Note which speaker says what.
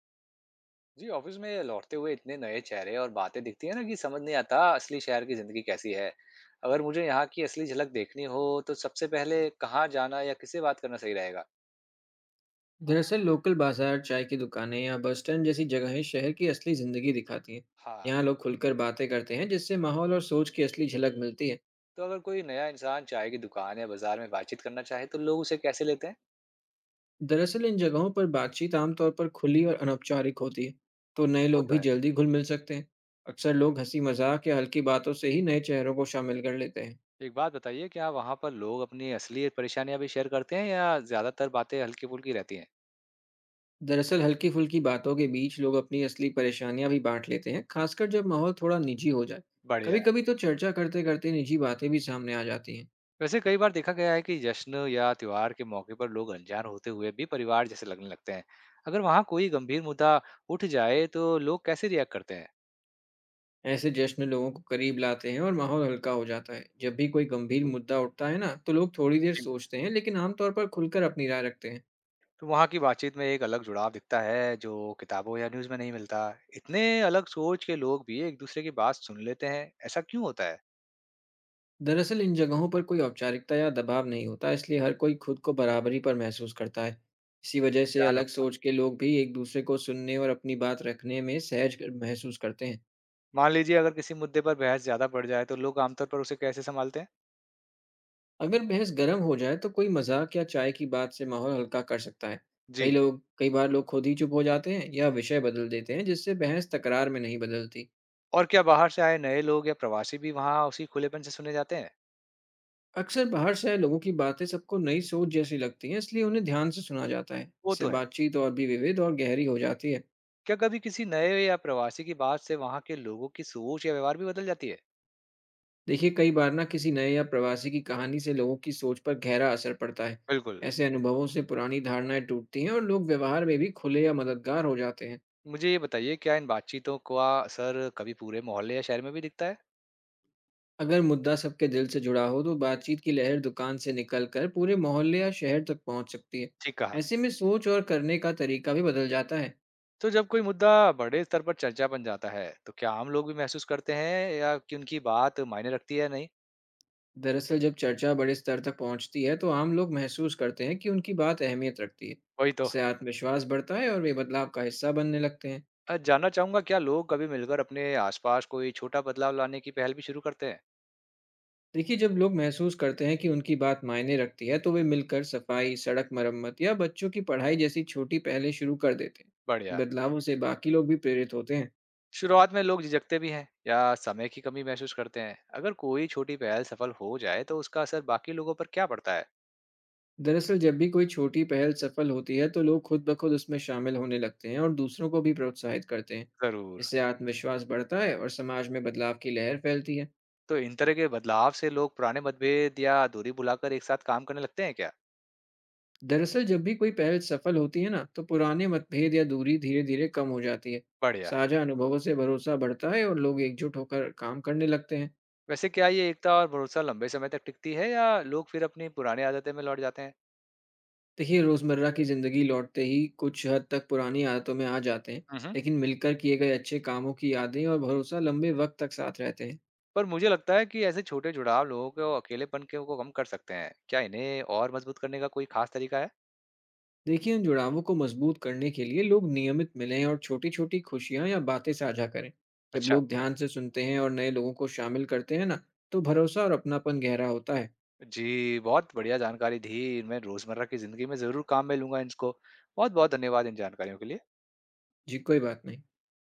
Speaker 1: जी, office में लौटते हुए इतने नए चेहरे और बातें दिखती है ना, कि समझ नहीं आता असली शहर की जिंदगी कैसी है। अगर मुझे यहाँ की असली झलक देखनी हो तो सबसे पहले कहाँ जाना या किससे बात करना सही रहेगा?
Speaker 2: दरअसल लोकल बाजार, चाय की दुकानें या बस स्टैंड जैसी जगहें शहर की असली जिंदगी दिखाती हैं।
Speaker 1: हाँ।
Speaker 2: यहाँ लोग खुलकर बातें करते हैं, जिससे माहौल और सोच की असली झलक मिलती है।
Speaker 1: तो अगर कोई नया इंसान चाय की दुकान या बाजार में बातचीत करना चाहे तो लोग उसे कैसे लेते हैं?
Speaker 2: दरअसल इन जगहों पर बातचीत आमतौर पर खुली और अनौपचारिक होती है, तो नए
Speaker 1: वो
Speaker 2: लोग
Speaker 1: तो
Speaker 2: भी
Speaker 1: है।
Speaker 2: जल्दी घुल मिल सकते हैं। अक्सर लोग हंसी मजाक या हल्की बातों से ही नए चेहरों को शामिल कर लेते हैं।
Speaker 1: एक बात बताइए, क्या वहाँ पर लोग अपनी असली परेशानियां भी शेयर करते हैं या ज्यादातर बातें हल्की फुल्की रहती हैं?
Speaker 2: दरअसल हल्की फुल्की बातों के बीच लोग अपनी असली परेशानियां भी बांट लेते हैं, खासकर जब माहौल थोड़ा निजी हो जाए।
Speaker 1: बढ़िया।
Speaker 2: कभी कभी तो चर्चा करते करते निजी बातें भी सामने आ जाती हैं।
Speaker 1: वैसे कई बार देखा गया है कि जश्न या त्योहार के मौके पर लोग अनजान होते हुए भी परिवार जैसे लगने लगते हैं। अगर वहां कोई गंभीर मुद्दा उठ जाए तो लोग कैसे रिएक्ट करते हैं?
Speaker 2: ऐसे जश्न लोगों को करीब लाते हैं और माहौल हल्का हो जाता है। जब भी कोई गंभीर मुद्दा उठता है ना, तो लोग थोड़ी देर
Speaker 1: जी।
Speaker 2: सोचते हैं, लेकिन आमतौर पर खुलकर अपनी राय रखते हैं।
Speaker 1: तो वहां की बातचीत में एक अलग जुड़ाव दिखता है जो किताबों या न्यूज में नहीं मिलता। इतने अलग सोच के लोग भी एक दूसरे की बात सुन लेते हैं, ऐसा क्यों होता है?
Speaker 2: दरअसल इन जगहों पर कोई औपचारिकता या दबाव नहीं होता, इसलिए हर कोई खुद को बराबरी पर महसूस करता है। इसी वजह से
Speaker 1: ध्यान
Speaker 2: अलग
Speaker 1: रखो।
Speaker 2: सोच के लोग भी एक दूसरे को सुनने और अपनी बात रखने में महसूस करते हैं।
Speaker 1: मान लीजिए, अगर किसी मुद्दे पर बहस ज्यादा बढ़ जाए तो लोग आमतौर पर उसे कैसे संभालते हैं?
Speaker 2: अगर बहस गर्म हो जाए तो कोई मजाक या चाय की बात से माहौल हल्का कर सकता है।
Speaker 1: जी।
Speaker 2: कई बार लोग खुद ही चुप हो जाते हैं या विषय बदल देते हैं, जिससे बहस तकरार में नहीं बदलती।
Speaker 1: और क्या बाहर से आए नए लोग या प्रवासी भी वहां उसी खुलेपन से सुने जाते हैं?
Speaker 2: अक्सर बाहर से आए लोगों की बातें सबको नई सोच जैसी लगती हैं, इसलिए उन्हें ध्यान से सुना जाता है।
Speaker 1: वो
Speaker 2: इससे
Speaker 1: तो है।
Speaker 2: बातचीत और भी विविध और गहरी हो जाती है।
Speaker 1: क्या कभी किसी नए या प्रवासी की बात से वहाँ के लोगों की सोच या व्यवहार भी बदल जाती है?
Speaker 2: देखिए कई बार ना, किसी नए या प्रवासी की कहानी से लोगों की सोच पर गहरा असर पड़ता है।
Speaker 1: बिल्कुल।
Speaker 2: ऐसे अनुभवों से पुरानी धारणाएं टूटती हैं और लोग व्यवहार में भी खुले या मददगार हो जाते हैं।
Speaker 1: मुझे ये बताइए, क्या इन बातचीतों का असर कभी पूरे मोहल्ले या शहर में भी दिखता है?
Speaker 2: अगर मुद्दा सबके दिल से जुड़ा हो तो बातचीत की लहर दुकान से निकलकर पूरे मोहल्ले या शहर तक पहुंच सकती है।
Speaker 1: ठीक कहा।
Speaker 2: ऐसे में सोच और करने का तरीका भी बदल जाता है।
Speaker 1: तो जब कोई मुद्दा बड़े स्तर पर चर्चा बन जाता है, तो क्या आम लोग भी महसूस करते हैं या कि उनकी बात मायने रखती है या नहीं?
Speaker 2: दरअसल जब चर्चा बड़े स्तर तक पहुंचती है, तो आम लोग महसूस करते हैं कि उनकी बात अहमियत रखती है।
Speaker 1: वही तो।
Speaker 2: इससे आत्मविश्वास बढ़ता है और वे बदलाव का हिस्सा बनने लगते हैं।
Speaker 1: जानना चाहूंगा, क्या लोग कभी मिलकर अपने आसपास कोई छोटा बदलाव लाने की पहल भी शुरू करते हैं?
Speaker 2: देखिए, जब लोग महसूस करते हैं कि उनकी बात मायने रखती है, तो वे मिलकर सफाई, सड़क मरम्मत या बच्चों की पढ़ाई जैसी छोटी पहलें शुरू कर देते हैं।
Speaker 1: बढ़िया।
Speaker 2: बदलावों से बाकी लोग भी प्रेरित होते हैं।
Speaker 1: शुरुआत में लोग झिझकते भी हैं या समय की कमी महसूस करते हैं। अगर कोई छोटी पहल सफल हो जाए तो उसका असर बाकी लोगों पर क्या पड़ता है?
Speaker 2: दरअसल जब भी कोई छोटी पहल सफल होती है, तो लोग खुद ब खुद उसमें शामिल होने लगते हैं और दूसरों को भी प्रोत्साहित करते हैं।
Speaker 1: जरूर।
Speaker 2: इससे आत्मविश्वास बढ़ता है और समाज में बदलाव की लहर फैलती है।
Speaker 1: तो इन तरह के बदलाव से लोग पुराने मतभेद या दूरी बुलाकर एक साथ काम करने लगते हैं क्या?
Speaker 2: दरअसल जब भी कोई पहल सफल होती है ना, तो पुराने मतभेद या दूरी धीरे धीरे कम हो जाती है।
Speaker 1: बढ़िया।
Speaker 2: साझा अनुभवों से भरोसा बढ़ता है और लोग एकजुट होकर काम करने लगते हैं।
Speaker 1: वैसे क्या ये एकता और भरोसा लंबे समय तक टिकती है या लोग फिर अपनी पुरानी आदतें में लौट जाते हैं?
Speaker 2: देखिए, रोजमर्रा की जिंदगी लौटते ही कुछ हद तक पुरानी आदतों में आ जाते हैं।
Speaker 1: हम्म।
Speaker 2: लेकिन मिलकर किए गए अच्छे कामों की यादें और भरोसा लंबे वक्त तक साथ रहते हैं।
Speaker 1: पर मुझे लगता है कि ऐसे छोटे जुड़ाव लोगों के अकेलेपन के को कम कर सकते हैं। क्या इन्हें और मजबूत करने का कोई खास तरीका है?
Speaker 2: देखिए, इन जुड़ावों को मजबूत करने के लिए लोग नियमित मिलें और छोटी छोटी खुशियां या बातें साझा करें। जब
Speaker 1: अच्छा।
Speaker 2: लोग ध्यान से सुनते हैं और नए लोगों को शामिल करते हैं ना, तो भरोसा और अपनापन गहरा होता है।
Speaker 1: जी, बहुत बढ़िया जानकारी दी। मैं रोज़मर्रा की ज़िंदगी में ज़रूर काम में लूँगा इनको। बहुत-बहुत धन्यवाद इन जानकारियों के लिए।
Speaker 2: जी, कोई बात नहीं।